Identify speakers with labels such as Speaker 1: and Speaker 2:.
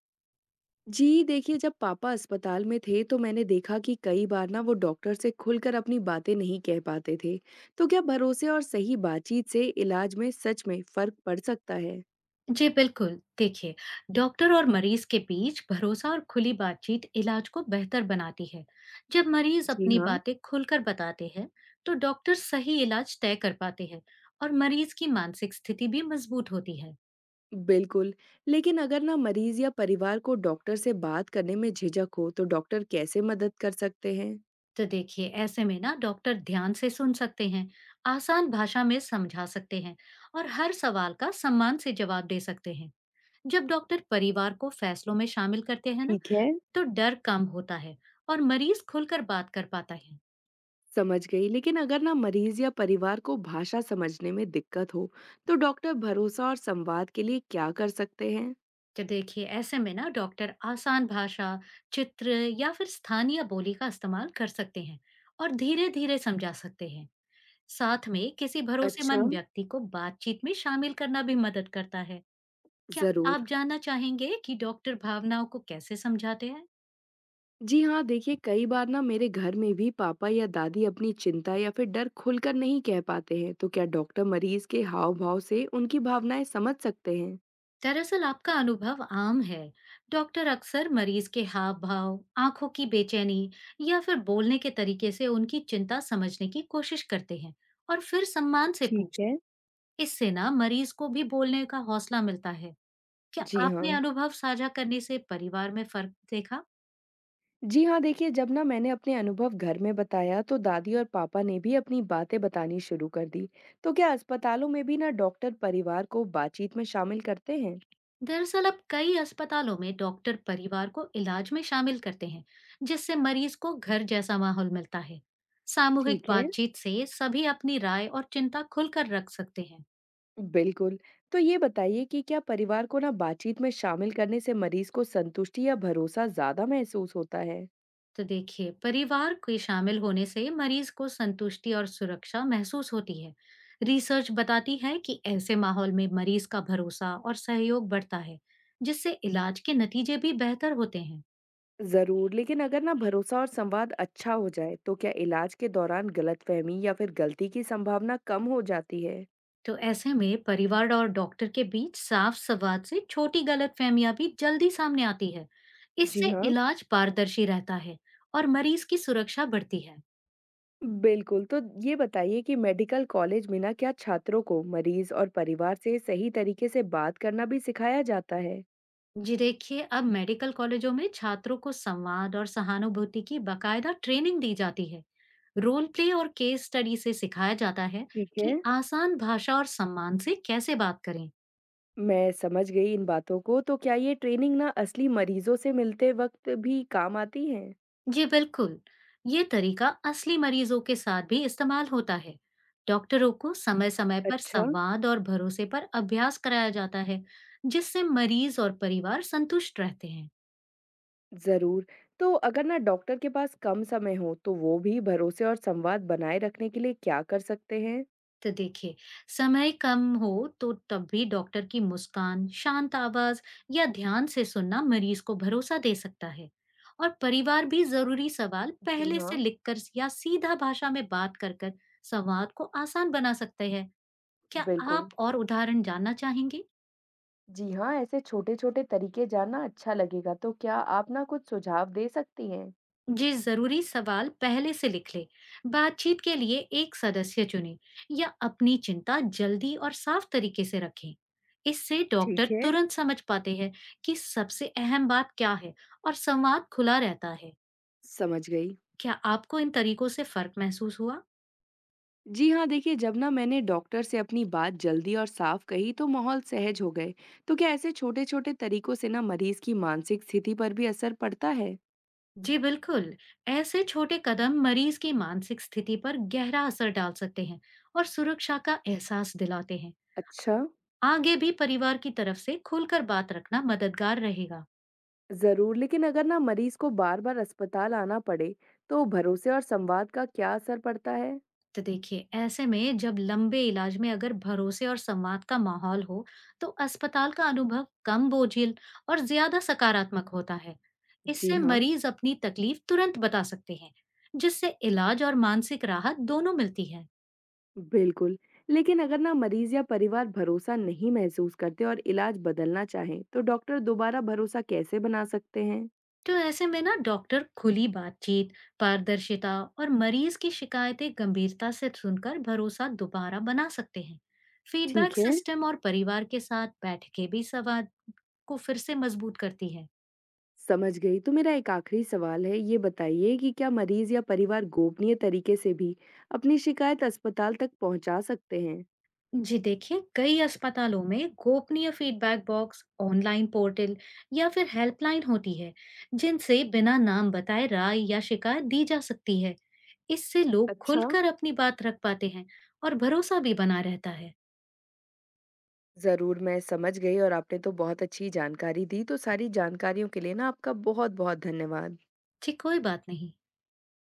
Speaker 1: जी, देखिए जब पापा अस्पताल में थे तो मैंने देखा कि कई बार ना वो डॉक्टर से खुलकर अपनी बातें नहीं कह पाते थे। तो क्या भरोसे और सही बातचीत से इलाज में सच में फर्क पड़ सकता है?
Speaker 2: जी बिल्कुल। देखिए, डॉक्टर और मरीज के बीच भरोसा और खुली बातचीत इलाज को बेहतर बनाती है। जब मरीज
Speaker 1: जी
Speaker 2: अपनी
Speaker 1: हाँ
Speaker 2: बातें खुलकर बताते हैं तो डॉक्टर सही इलाज तय कर पाते हैं, और मरीज की मानसिक स्थिति भी मजबूत होती है।
Speaker 1: बिल्कुल। लेकिन अगर ना मरीज या परिवार को डॉक्टर से बात करने में झिझक हो तो डॉक्टर कैसे मदद कर सकते हैं?
Speaker 2: तो देखिए, ऐसे में ना डॉक्टर ध्यान से सुन सकते हैं, आसान भाषा में समझा सकते हैं, और हर सवाल का सम्मान से जवाब दे सकते हैं। जब डॉक्टर परिवार को फैसलों में शामिल करते हैं ना,
Speaker 1: ठीक है।
Speaker 2: तो डर कम होता है और मरीज खुलकर बात कर पाता है।
Speaker 1: समझ गई, लेकिन अगर ना मरीज या परिवार को भाषा समझने में दिक्कत हो तो डॉक्टर भरोसा और संवाद के लिए क्या कर सकते हैं?
Speaker 2: तो देखिए, ऐसे में ना डॉक्टर आसान भाषा, चित्र, या फिर स्थानीय बोली का इस्तेमाल कर सकते हैं, और धीरे धीरे समझा सकते हैं। साथ में किसी
Speaker 1: अच्छा।
Speaker 2: भरोसेमंद व्यक्ति को बातचीत में शामिल करना भी मदद करता है। क्या
Speaker 1: जरूर।
Speaker 2: आप जानना चाहेंगे कि डॉक्टर भावनाओं को कैसे समझाते हैं?
Speaker 1: जी हाँ, देखिए कई बार ना मेरे घर में भी पापा या दादी अपनी चिंता या फिर डर खुलकर नहीं कह पाते हैं, तो क्या डॉक्टर मरीज के हाव-भाव से उनकी भावनाएं समझ सकते हैं?
Speaker 2: दरअसल आपका अनुभव आम है। डॉक्टर अक्सर मरीज के हाव भाव, आंखों की बेचैनी, या फिर बोलने के तरीके से उनकी चिंता समझने की कोशिश करते हैं, और फिर सम्मान से
Speaker 1: ठीक
Speaker 2: पूछते।
Speaker 1: है।
Speaker 2: इससे ना मरीज को भी बोलने का हौसला मिलता है। क्या
Speaker 1: जी
Speaker 2: आपने
Speaker 1: हाँ।
Speaker 2: अनुभव साझा करने से परिवार में फर्क देखा?
Speaker 1: जी हाँ, देखिए जब ना मैंने अपने अनुभव घर में बताया तो दादी और पापा ने भी अपनी बातें बतानी शुरू कर दी। तो क्या अस्पतालों में भी ना डॉक्टर परिवार को बातचीत में शामिल करते हैं?
Speaker 2: दरअसल अब कई अस्पतालों में डॉक्टर परिवार को इलाज में शामिल करते हैं, जिससे मरीज को घर जैसा माहौल मिलता है। सामूहिक
Speaker 1: ठीक है।
Speaker 2: बातचीत से सभी अपनी राय और चिंता खुलकर रख सकते हैं।
Speaker 1: बिल्कुल। तो ये बताइए कि क्या परिवार को ना बातचीत में शामिल करने से मरीज को संतुष्टि या भरोसा ज़्यादा महसूस होता है?
Speaker 2: तो देखिए, परिवार के शामिल होने से मरीज को संतुष्टि और सुरक्षा महसूस होती है। रिसर्च बताती है कि ऐसे माहौल में मरीज का भरोसा और सहयोग बढ़ता है, जिससे इलाज के नतीजे भी बेहतर होते हैं।
Speaker 1: ज़रूर, लेकिन अगर ना भरोसा और संवाद अच्छा हो जाए, तो क्या इलाज के दौरान गलतफहमी या फिर गलती की संभावना कम हो जाती है?
Speaker 2: तो ऐसे में परिवार और डॉक्टर के बीच साफ संवाद से छोटी गलतफहमियां भी जल्दी सामने आती है।
Speaker 1: जी
Speaker 2: इससे
Speaker 1: हाँ।
Speaker 2: इलाज पारदर्शी रहता है, और मरीज की सुरक्षा बढ़ती है।
Speaker 1: बिल्कुल, तो ये बताइए कि मेडिकल कॉलेज में ना क्या छात्रों को मरीज और परिवार से सही तरीके से बात करना भी सिखाया जाता है?
Speaker 2: जी देखिए, अब मेडिकल कॉलेजों में छात्रों को संवाद और सहानुभूति की बकायदा ट्रेनिंग दी जाती है। रोल प्ले और केस स्टडी से सिखाया जाता है
Speaker 1: ठीक है।
Speaker 2: कि आसान भाषा और सम्मान से कैसे बात करें।
Speaker 1: मैं समझ गई इन बातों को, तो क्या ये ट्रेनिंग ना असली मरीजों से मिलते वक़्त भी काम आती है?
Speaker 2: जी बिल्कुल, ये तरीका असली मरीजों के साथ भी इस्तेमाल होता है। डॉक्टरों को समय-समय पर
Speaker 1: अच्छा।
Speaker 2: संवाद और भरोसे पर अभ्यास कराया जाता है, जिससे मरीज और परिवार संतुष्ट रहते हैं।
Speaker 1: ज़रूर। तो अगर ना डॉक्टर के पास कम समय हो, तो वो भी भरोसे और संवाद बनाए रखने के लिए क्या कर सकते हैं?
Speaker 2: तो देखिए, समय कम हो तो तब भी डॉक्टर की मुस्कान, शांत आवाज, या ध्यान से सुनना मरीज को भरोसा दे सकता है। और परिवार भी जरूरी सवाल
Speaker 1: जी
Speaker 2: पहले से
Speaker 1: हाँ।
Speaker 2: लिखकर या सीधा भाषा में बात कर कर संवाद को आसान बना सकते हैं। क्या
Speaker 1: बिल्कुल।
Speaker 2: आप और उदाहरण जानना चाहेंगे?
Speaker 1: जी हाँ, ऐसे छोटे-छोटे तरीके जानना अच्छा लगेगा, तो क्या आप ना कुछ सुझाव दे सकती हैं?
Speaker 2: ये जरूरी सवाल पहले से लिख ले, बातचीत के लिए एक सदस्य चुने, या अपनी चिंता जल्दी और साफ तरीके से रखें। इससे
Speaker 1: ठीक
Speaker 2: डॉक्टर
Speaker 1: है।
Speaker 2: तुरंत समझ पाते हैं कि सबसे अहम बात क्या है, और संवाद खुला रहता है।
Speaker 1: समझ गई।
Speaker 2: क्या आपको इन तरीकों से फर्क महसूस हुआ?
Speaker 1: जी हाँ, देखिए जब ना मैंने डॉक्टर से अपनी बात जल्दी और साफ कही तो माहौल सहज हो गए। तो क्या ऐसे छोटे छोटे तरीकों से ना मरीज की मानसिक स्थिति पर भी असर पड़ता है?
Speaker 2: जी बिल्कुल। ऐसे छोटे कदम मरीज की मानसिक स्थिति पर गहरा असर डाल सकते हैं, और सुरक्षा का एहसास दिलाते हैं।
Speaker 1: अच्छा।
Speaker 2: आगे भी परिवार की तरफ से खुलकर बात रखना मददगार रहेगा।
Speaker 1: जरूर, लेकिन अगर ना मरीज को बार बार अस्पताल आना पड़े तो भरोसे और संवाद का क्या असर पड़ता है?
Speaker 2: तो देखिए, ऐसे में जब लंबे इलाज में अगर भरोसे और संवाद का माहौल हो, तो अस्पताल का अनुभव कम बोझिल और ज्यादा सकारात्मक होता है।
Speaker 1: जी
Speaker 2: इससे
Speaker 1: हाँ।
Speaker 2: मरीज अपनी तकलीफ तुरंत बता सकते हैं, जिससे इलाज और मानसिक राहत दोनों मिलती है।
Speaker 1: बिल्कुल। लेकिन अगर ना मरीज या परिवार भरोसा नहीं महसूस करते और इलाज बदलना चाहें तो डॉक्टर दोबारा भरोसा कैसे बना सकते हैं?
Speaker 2: तो ऐसे में ना डॉक्टर खुली बातचीत, पारदर्शिता, और मरीज की शिकायतें गंभीरता से सुनकर भरोसा दोबारा बना सकते हैं। फीडबैक
Speaker 1: ठीक है।
Speaker 2: सिस्टम और परिवार के साथ बैठकें भी संवाद को फिर से मजबूत करती है।
Speaker 1: समझ गई। तो मेरा एक आखिरी सवाल है, ये बताइए कि क्या मरीज या परिवार गोपनीय तरीके से भी अपनी शिकायत अस्पताल तक पहुंचा सकते हैं?
Speaker 2: जी देखिए, कई अस्पतालों में गोपनीय फीडबैक बॉक्स, ऑनलाइन पोर्टल, या फिर हेल्पलाइन होती है, जिनसे बिना नाम बताए राय या शिकायत दी जा सकती है। इससे लोग
Speaker 1: अच्छा।
Speaker 2: खुलकर अपनी बात रख पाते हैं, और भरोसा भी बना रहता है।
Speaker 1: ज़रूर, मैं समझ गई और आपने तो बहुत अच्छी जानकारी दी। तो सारी जानकारियों के लिए ना आपका बहुत-बहुत धन्यवाद।
Speaker 2: जी कोई बात नहीं।